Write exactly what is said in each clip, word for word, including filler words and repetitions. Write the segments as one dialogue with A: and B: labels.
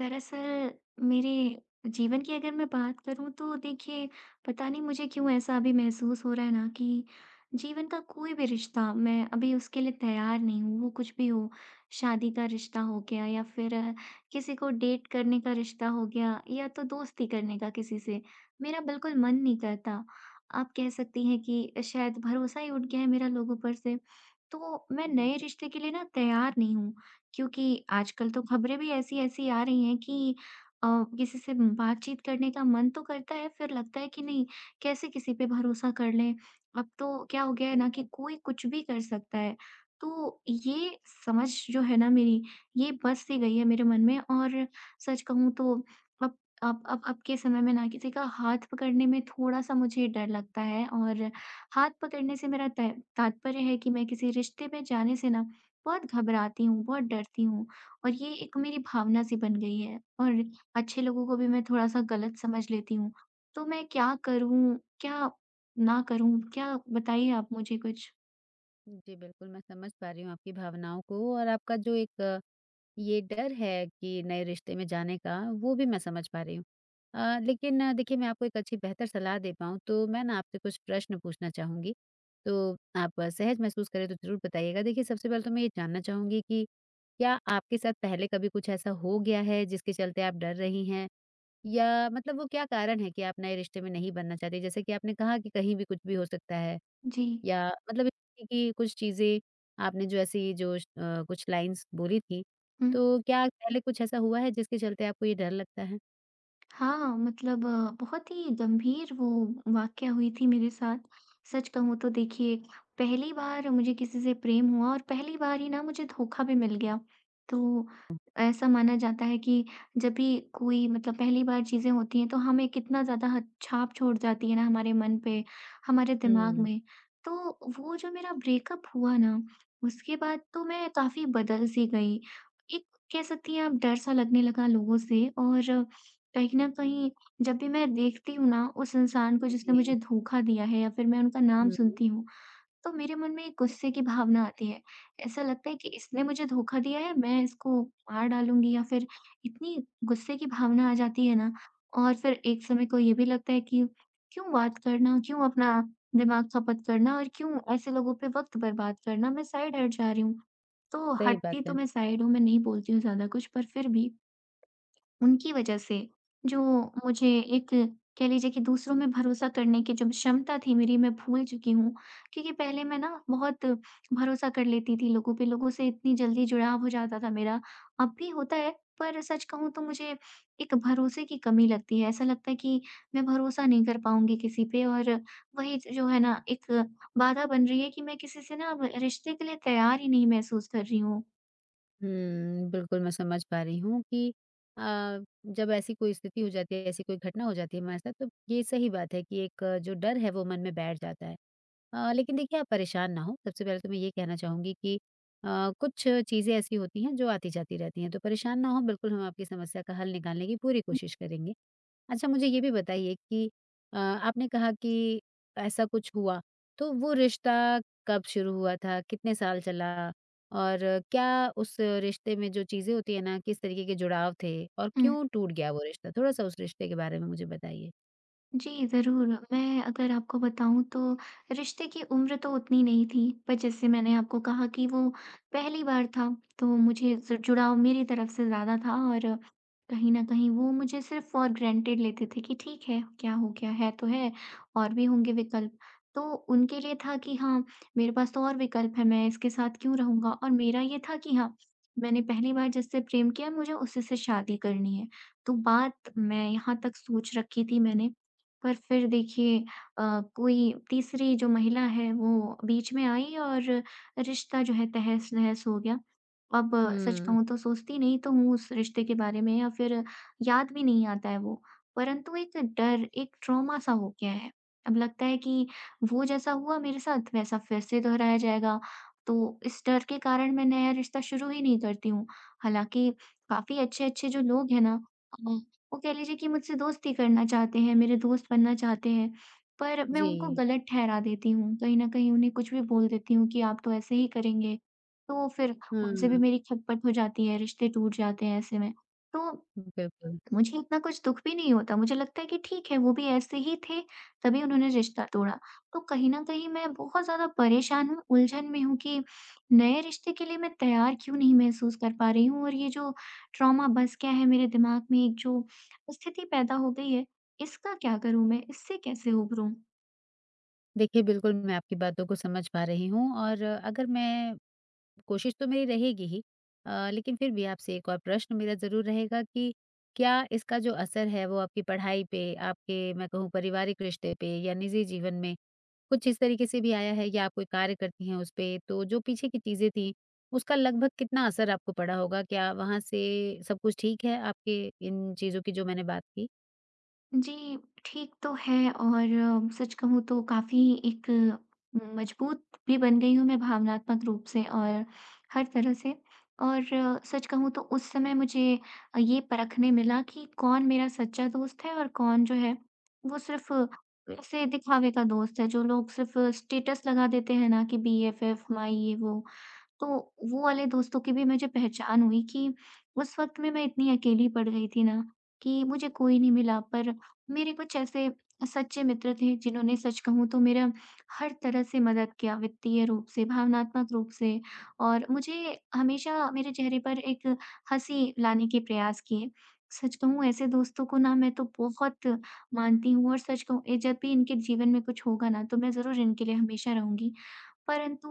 A: दरअसल मेरे जीवन की अगर मैं बात करूं तो देखिए, पता नहीं मुझे क्यों ऐसा अभी महसूस हो रहा है ना कि जीवन का कोई भी रिश्ता मैं अभी उसके लिए तैयार नहीं हूँ। वो कुछ भी हो, शादी का रिश्ता हो गया या फिर अ, किसी को डेट करने का रिश्ता हो गया या तो दोस्ती करने का किसी से, मेरा बिल्कुल मन नहीं करता। आप कह सकती हैं कि शायद भरोसा ही उठ गया है मेरा लोगों पर से। तो मैं
B: समझ
A: नए रिश्ते
B: सक
A: के लिए ना तैयार नहीं हूँ, क्योंकि आजकल तो खबरें भी ऐसी-ऐसी आ रही हैं कि अ, किसी से बातचीत करने का मन तो करता है, फिर लगता है कि नहीं, कैसे किसी पे भरोसा कर लें। अब तो क्या हो गया है
B: सही
A: ना कि
B: बात
A: कोई कुछ भी कर सकता है। तो ये समझ जो है ना मेरी, ये बस सी गई है मेरे मन में। और सच कहूँ तो अब अब अब अब के समय में ना किसी का हाथ पकड़ने में थोड़ा-सा मुझे डर लगता है। और हाथ पकड़ने से मेरा त तात्पर्य है कि मैं किसी रिश्ते में जाने से ना बहुत घबराती हूँ, बहुत डरती हूँ। और ये एक मेरी भावना सी बन गई है और अच्छे लोगों को भी मैं थोड़ा-सा गलत समझ लेती हूँ। तो मैं क्या करूँ? क्या ना करूँ? क्या बताइए आप मुझे कुछ?
B: है। जी, बिल्कुल मैं समझ पा रही हूँ आपकी भावनाओं को और आपका जो एक अ, ये डर है कि नए रिश्ते में जाने का, वो भी मैं समझ पा रही हूँ। अ, लेकिन अ, देखिए मैं आपको एक अच्छी बेहतर सलाह दे पाऊँ तो मैं ना आपसे कुछ प्रश्न पूछना चाहूँगी, तो आप अ, सहज महसूस करें तो ज़रूर बताइएगा। देखिए सबसे पहले तो मैं ये जानना चाहूँगी कि क्या आपके साथ पहले कभी कुछ ऐसा हो गया है जिसके चलते आप डर रही हैं? या मतलब वो क्या कारण है कि आप नए रिश्ते में नहीं बनना चाहती? जैसे कि आपने कहा कि कहीं भी कुछ भी हो सकता है
A: जी।
B: या मतलब इस तरीके की कुछ चीज़ें आपने जो ऐसी जो श अ, कुछ लाइन्स बोली थी,
A: हुँ।
B: तो क्या पहले कुछ ऐसा हुआ है जिसके चलते आपको ये डर लगता है?
A: हाँ, मतलब अ, बहुत ही गंभीर वो वाकया हुई थी मेरे साथ। सच कहूँ तो देखिए, पहली बार मुझे किसी से प्रेम हुआ और पहली बार ही ना मुझे धोखा भी मिल गया। तो ऐसा माना जाता है कि जब भी कोई, मतलब पहली बार चीज़ें होती हैं तो हमें कितना ज़्यादा हद छाप छोड़ जाती है ना हमारे मन पे, हमारे दिमाग
B: हुँ।
A: में। तो वो जो मेरा ब्रेकअप हुआ ना, उसके बाद तो मैं काफ़ी बदल सी गई। एक, कह सकती हैं आप, डर सा लगने लगा लोगों से। और कहीं न कहीं जब भी मैं देखती हूँ ना उस इंसान को जिसने
B: जी।
A: मुझे धोखा दिया है या फिर मैं उनका नाम
B: हुँ,
A: सुनती हूँ, तो मेरे मन में एक गुस्से की भावना आती है। ऐसा लगता है कि इसने मुझे धोखा दिया है, मैं इसको मार डालूँगी, या फिर इतनी गुस्से की भावना आ जाती है ना। और फिर एक समय को ये भी लगता है कि क्यों बात करना, क्यों अपना दिमाग खपत करना और क्यों ऐसे लोगों पे वक़्त बर्बाद करना, मैं साइड हट जा रही हूँ। तो
B: सही बात
A: हटती तो
B: है।
A: मैं साइड हूँ, मैं नहीं बोलती हूँ ज़्यादा कुछ, पर फिर भी उनकी वजह से जो मुझे एक, कह लीजिए कि दूसरों में भरोसा करने की जो क्षमता थी मेरी, मैं भूल चुकी हूँ। क्योंकि पहले मैं ना बहुत भरोसा कर लेती थी लोगों पे, लोगों से इतनी जल्दी जुड़ाव हो जाता था मेरा। अब भी होता है, पर सच कहूँ तो मुझे एक भरोसे की कमी लगती है। ऐसा लगता है कि मैं भरोसा नहीं कर पाऊँगी किसी पे। और वही जो है ना, एक बाधा बन रही है कि मैं किसी से ना अब रिश्ते के लिए तैयार ही नहीं महसूस कर रही हूँ।
B: हुँ, बिल्कुल मैं समझ पा रही हूँ कि अ, जब ऐसी कोई स्थिति हो जाती है, ऐसी कोई घटना हो जाती है हमारे साथ, तो ये सही बात है कि एक अ, जो डर है वो मन में बैठ जाता है। अ, लेकिन देखिए आप परेशान ना हों, सबसे पहले तो मैं ये कहना चाहूँगी कि अ, कुछ चीज़ें ऐसी होती हैं जो आती-जाती रहती हैं, तो परेशान ना हों, बिल्कुल हम आपकी समस्या का हल निकालने की पूरी कोशिश करेंगे। अच्छा मुझे ये भी बताइए कि अ, आपने कहा कि ऐसा कुछ हुआ, तो वो रिश्ता कब शुरू हुआ था? कितने साल चला? और क्या उस रिश्ते में जो चीज़ें होती है ना, किस तरीके के जुड़ाव थे और
A: हुँ।
B: क्यों टूट गया वो रिश्ता? थोड़ा-सा उस रिश्ते के बारे में मुझे बताइए।
A: जी, ज़रूर। मैं अगर आपको बताऊँ तो रिश्ते की उम्र तो उतनी नहीं थी, पर जैसे मैंने आपको कहा कि वो पहली बार था, तो मुझे ज जुड़ाव मेरी तरफ से ज़्यादा था। और कहीं न कहीं वो मुझे सिर्फ़ फ़ॉर ग्रांटेड लेते थे कि ठीक है, क्या हो गया? है तो है, और भी होंगे विकल्प। तो उनके लिए था कि हाँ, मेरे पास तो और विकल्प हैं, मैं इसके साथ क्यों रहूँगा? और मेरा ये था कि हाँ, मैंने पहली बार जिससे प्रेम किया, मुझे उसी से शादी करनी है। तो बात मैं यहाँ तक सोच रखी थी मैंने। पर फिर देखिए, अ, कोई तीसरी जो महिला है वो बीच में आई और रिश्ता जो है तहस-नहस हो गया। अब अ, सच
B: हुँ।
A: कहूँ तो सोचती नहीं तो हूँ उस रिश्ते के बारे में या फिर याद भी नहीं आता है वो। परंतु एक डर, एक ट्रॉमा सा हो गया है। अब लगता है कि वो जैसा हुआ मेरे साथ, वैसा फिर से दोहराया जाएगा। तो इस डर के कारण मैं नया रिश्ता शुरू ही नहीं करती हूँ। हालाँकि काफ़ी अच्छे-अच्छे जो लोग हैं ना, अ, वो कह लीजिए कि मुझसे दोस्ती करना चाहते हैं, मेरे दोस्त बनना चाहते हैं, पर मैं उनको
B: जी।
A: गलत ठहरा देती हूँ। कहीं न कहीं उन्हें कुछ भी बोल देती हूँ कि आप तो ऐसे ही करेंगे, तो फिर उनसे भी
B: हाँ,
A: मेरी खटपट हो जाती है, रिश्ते टूट जाते हैं ऐसे में। तो
B: बिल्कुल।
A: मुझे इतना कुछ दुःख भी नहीं होता, मुझे लगता है कि ठीक है, वो भी ऐसे ही थे, तभी उन्होंने रिश्ता तोड़ा। तो कहीं न कहीं मैं बहुत ज़्यादा परेशान हूँ, उलझन में हूँ कि नए रिश्ते के लिए मैं तैयार क्यों नहीं महसूस कर पा रही हूँ। और ये जो ट्रॉमा बस गया है मेरे दिमाग में, एक जो स्थिति पैदा हो गई है, इसका क्या करूँ मैं? इससे कैसे उभरूँ?
B: देखिए, बिल्कुल मैं आपकी बातों को समझ पा रही हूँ और अगर मैं कोशिश तो मेरी रहेगी ही अ, लेकिन फिर भी आपसे एक और प्रश्न मेरा ज़रूर रहेगा कि क्या इसका जो असर है वो आपकी पढ़ाई पे, आपके मैं कहूँ पारिवारिक रिश्ते पे या निजी जीवन में कुछ इस तरीके से भी आया है या आप कोई कार्य करती हैं उसपे, तो जो पीछे की चीज़ें थीं, उसका लगभग कितना असर आपको पड़ा होगा? क्या वहाँ से सब कुछ ठीक है आपके इन चीज़ों की जो मैंने बात की?
A: जी, ठीक तो है। और अ, सच कहूँ तो काफ़ी एक अ, मजबूत भी बन गई हूँ मैं, भावनात्मक रूप से और हर तरह से। और अ, सच कहूँ तो उस समय मुझे अ, ये परखने मिला कि कौन मेरा सच्चा दोस्त है और कौन जो है वो सिर्फ़ ऐसे दिखावे का दोस्त है, जो लोग सिर्फ़ स्टेटस लगा देते हैं ना कि बीएफएफ, माई ये वो। तो वो वाले दोस्तों की भी मुझे पहचान हुई कि उस वक़्त में मैं इतनी अकेली पड़ गई थी ना कि मुझे कोई नहीं मिला। पर मेरे कुछ ऐसे सच्चे मित्र थे जिन्होंने, सच कहूँ तो, मेरा हर तरह से मदद किया, वित्तीय रूप से, भावनात्मक रूप से, और मुझे हमेशा मेरे चेहरे पर एक हँसी लाने के प्रयास किए। सच कहूँ, ऐसे दोस्तों को ना मैं तो बहुत मानती हूँ और सच कहूँ ए, जब भी इनके जीवन में कुछ होगा ना, तो मैं ज़रूर इनके लिए हमेशा रहूँगी। परंतु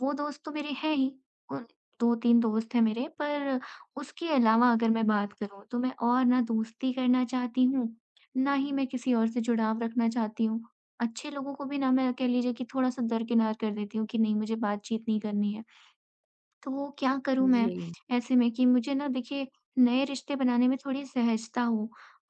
A: वो दोस्त तो मेरे हैं ही, उन दो तीन दोस्त हैं मेरे, पर उसके अलावा अगर मैं बात करूँ तो मैं और ना दोस्ती करना चाहती हूँ, ना ही मैं किसी और से जुड़ाव रखना चाहती हूँ। अच्छे लोगों को भी ना मैं, कह लीजिए कि, थोड़ा-सा दरकिनार कर देती हूँ कि नहीं, मुझे बातचीत नहीं करनी है। तो क्या करूँ मैं
B: जी।
A: ऐसे में कि मुझे ना देखिए नए रिश्ते बनाने में थोड़ी सहजता हो,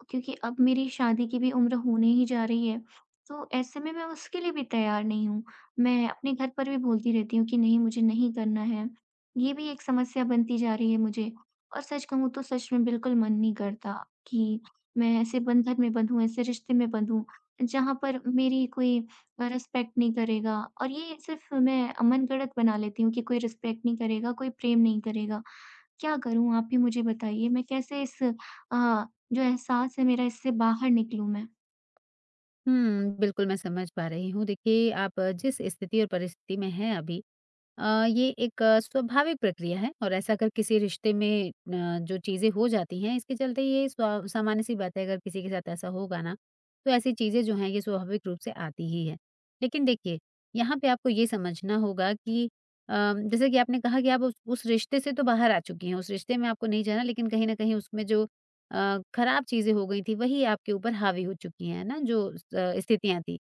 A: क्योंकि अब मेरी शादी की भी उम्र होने ही जा रही है। तो ऐसे में मैं उसके लिए भी तैयार नहीं हूँ। मैं अपने घर पर भी बोलती रहती हूँ कि नहीं मुझे नहीं करना है। ये भी एक समस्या बनती जा रही है मुझे। और सच कहूँ तो सच में बिल्कुल मन नहीं करता कि मैं ऐसे बंधन में बंधूँ, ऐसे रिश्ते में बंधूँ जहाँ पर मेरी कोई रिस्पेक्ट नहीं करेगा। और ये सिर्फ मैं मनगढ़ंत बना लेती हूँ कि कोई रिस्पेक्ट नहीं करेगा, कोई प्रेम नहीं करेगा। क्या करूँ, आप ही मुझे बताइए? मैं कैसे इस अ, जो एहसास है मेरा, इससे बाहर निकलूँ मैं?
B: हुँ, बिल्कुल मैं समझ पा रही हूँ। देखिए, आप जिस स्थिति और परिस्थिति में हैं अभी, अ, ये एक अ, स्वाभाविक प्रक्रिया है और ऐसा अगर किसी रिश्ते में अ, जो चीज़ें हो जाती हैं इसके चलते ये स्वा सामान्य सी बात है अगर किसी के साथ ऐसा होगा ना, तो ऐसी चीज़ें जो हैं ये स्वाभाविक रूप से आती ही हैं। लेकिन देखिए, यहाँ पे आपको ये समझना होगा कि अ, जैसे कि आपने कहा कि आप उस उस रिश्ते से तो बाहर आ चुकी हैं, उस रिश्ते में आपको नहीं जाना लेकिन कहीं न कहीं उसमें जो अ, खराब चीज़ें हो गई थी वही आपके ऊपर हावी हो चुकी हैं, है ना? जो स स्थितियाँ थी।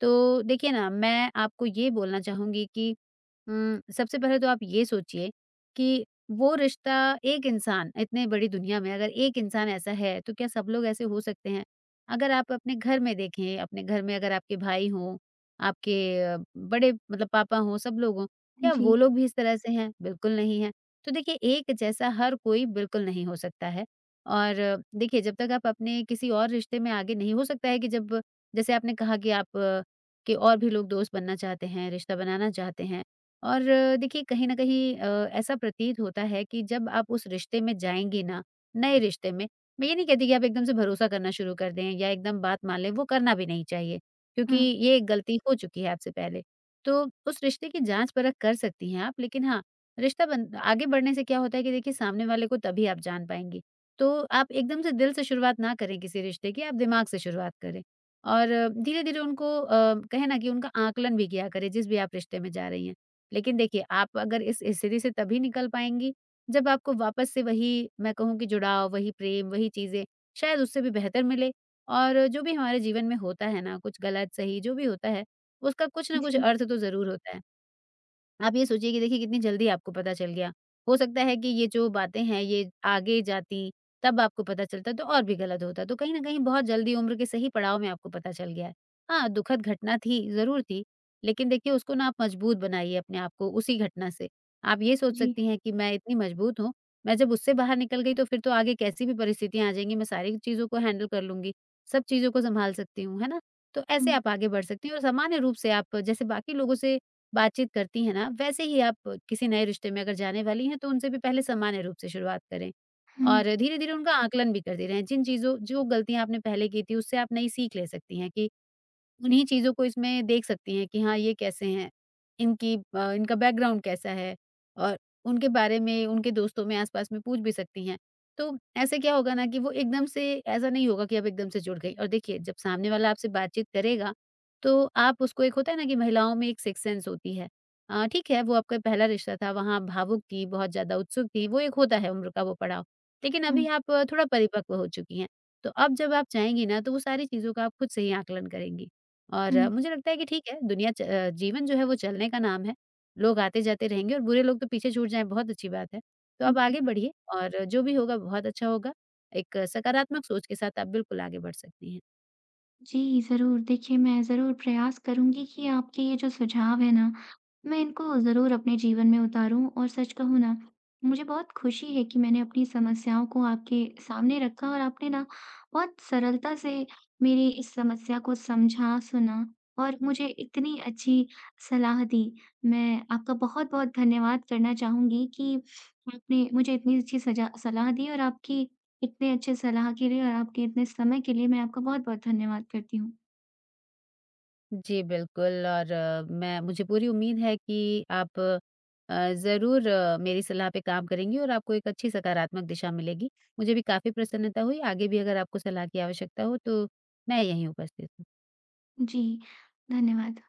B: तो देखिए ना, मैं आपको ये बोलना चाहूँगी कि उम, सबसे पहले तो आप ये सोचिए कि वो रिश्ता एक इंसान इतने बड़ी दुनिया में अगर एक इंसान ऐसा है, तो क्या सब लोग ऐसे हो सकते हैं? अगर आप अपने घर में देखें, अपने घर में अगर आपके भाई हों, आपके अ, बड़े मतलब पापा हों, सब लोग हों, क्या
A: जी।
B: वो लोग भी इस तरह से हैं? बिल्कुल नहीं हैं। तो देखिए एक जैसा हर कोई बिल्कुल नहीं हो सकता है और अ, देखिए जब तक आप अपने किसी और रिश्ते में आगे नहीं हो सकता है कि जब जैसे आपने कहा कि आप कि और भी लोग दोस्त बनना चाहते हैं, रिश्ता बनाना चाहते हैं। और अ, देखिए कहीं न कहीं अ, ऐसा प्रतीत होता है कि जब आप उस रिश्ते में जाएँगे ना, नए रिश्ते में, मैं ये नहीं कहती कि आप एकदम से भरोसा करना शुरू कर दें या एकदम बात मान लें, वो करना भी नहीं चाहिए, क्योंकि
A: हाँ।
B: ये एक गलती हो चुकी है आपसे पहले। तो उस रिश्ते की जाँच-परख कर सकती हैं आप, लेकिन हाँ, रिश्ता बन आगे बढ़ने से क्या होता है कि देखिए सामने वाले को तभी आप जान पाएँगी। तो आप एकदम से दिल से शुरुआत ना करें किसी रिश्ते की, आप दिमाग से शुरुआत करें। और धीरे-धीरे उनको अ, कहें ना कि उनका आकलन भी किया करें जिस भी आप रिश्ते में जा रही हैं। लेकिन देखिए आप अगर इस स्थिति से तभी निकल पाएँगी जब आपको वापस से वही मैं कहूँ कि जुड़ाव, वही प्रेम, वही चीज़ें शायद उससे भी बेहतर मिले और जो भी हमारे जीवन में होता है ना कुछ गलत सही जो भी होता है उसका कुछ न कुछ
A: जी,
B: अर्थ तो ज़रूर होता है। आप ये सोचिए कि देखिए कितनी जल्दी आपको पता चल गया। हो सकता है कि ये जो बातें हैं ये आगे जाती, तब आपको पता चलता तो और भी गलत होता। तो कहीं न कहीं बहुत जल्दी उम्र के सही पड़ाव में आपको पता चल गया है। हाँ, दुखद घटना थी, ज़रूर थी, लेकिन देखिए उसको ना आप मजबूत बनाइए अपने आप को उसी घटना से। आप ये सोच
A: जी।
B: सकती हैं कि मैं इतनी मजबूत हूँ, मैं जब उससे बाहर निकल गई तो फिर तो आगे कैसी भी परिस्थितियाँ आ जाएँगी, मैं सारी चीज़ों को हैंडल कर लूँगी, सब चीज़ों को सँभाल सकती हूँ, है ना? तो
A: हुँ,
B: ऐसे आप आगे बढ़ सकती हैं और सामान्य रूप से आप जैसे बाकी लोगों से बातचीत करती हैं ना, वैसे ही आप किसी नए रिश्ते में अगर जाने वाली हैं, तो उनसे भी पहले सामान्य रूप से शुरुआत करें
A: हुँ,
B: और धीरे-धीरे उनका आकलन भी करती रहें। जिन चीज़ों जो गलतियाँ आपने पहले की थी, उससे आप नई सीख ले सकती हैं कि उन्हीं चीज़ों को इसमें देख सकती हैं कि हाँ, ये कैसे हैं, इनकी अ, इनका बैकग्राउंड कैसा है और उनके बारे में उनके दोस्तों में आस-पास में पूछ भी सकती हैं। तो ऐसे क्या होगा ना कि वो एकदम से ऐसा नहीं होगा कि अब एकदम से जुड़ गई और देखिए जब सामने वाला आपसे बातचीत करेगा, तो आप उसको एक होता है ना कि महिलाओं में एक सिक्स्थ सेंस होती है। अ, ठीक है, वो आपका पहला रिश्ता था, वहाँ आप भावुक थी, बहुत ज़्यादा उत्सुक थी, वो एक होता है उम्र का वो पड़ाव। लेकिन
A: हुँ,
B: अभी आप थोड़ा परिपक्व हो चुकी हैं, तो अब जब आप चाहेंगी ना, तो वो सारी चीज़ों का आप खुद से ही आकलन करेंगी। और
A: हुँ,
B: अ, मुझे लगता है कि ठीक है, दुनिया च अ, जीवन जो है वो चलने का नाम है। लोग आते-जाते रहेंगे और बुरे लोग तो पीछे छूट जाएँ, बहुत अच्छी बात है। तो
A: हुँ,
B: आप
A: जी।
B: आगे बढ़िए और जो भी होगा बहुत अच्छा होगा। एक सकारात्मक सोच के साथ आप बिल्कुल आगे बढ़ सकती हैं।
A: जी, ज़रूर। देखिए, मैं ज़रूर प्रयास करूँगी कि आपके ये जो सुझाव हैं ना, मैं इनको ज़रूर अपने जीवन में उतारूँ। और सच कहूँ ना, मुझे बहुत खुशी है कि मैंने अपनी समस्याओं को आपके सामने रखा और आपने ना बहुत सरलता से मेरी इस समस्या को समझा, सुना और मुझे इतनी अच्छी सलाह दी। मैं आपका बहुत-बहुत धन्यवाद करना चाहूँगी कि आपने मुझे इतनी अच्छी सजा सलाह दी। और आपकी इतने अच्छे सलाह के लिए और आपके इतने समय के लिए मैं आपका बहुत-बहुत धन्यवाद करती हूँ।
B: जी, बिल्कुल और अ, मैं मुझे पूरी उम्मीद है कि आप अ, ज़रूर अ, मेरी सलाह पे काम करेंगी और आपको एक अच्छी सकारात्मक दिशा मिलेगी। मुझे भी काफ़ी प्रसन्नता हुई, आगे भी अगर आपको सलाह की आवश्यकता हो तो मैं यहीं उपस्थित हूँ।
A: जी, धन्यवाद।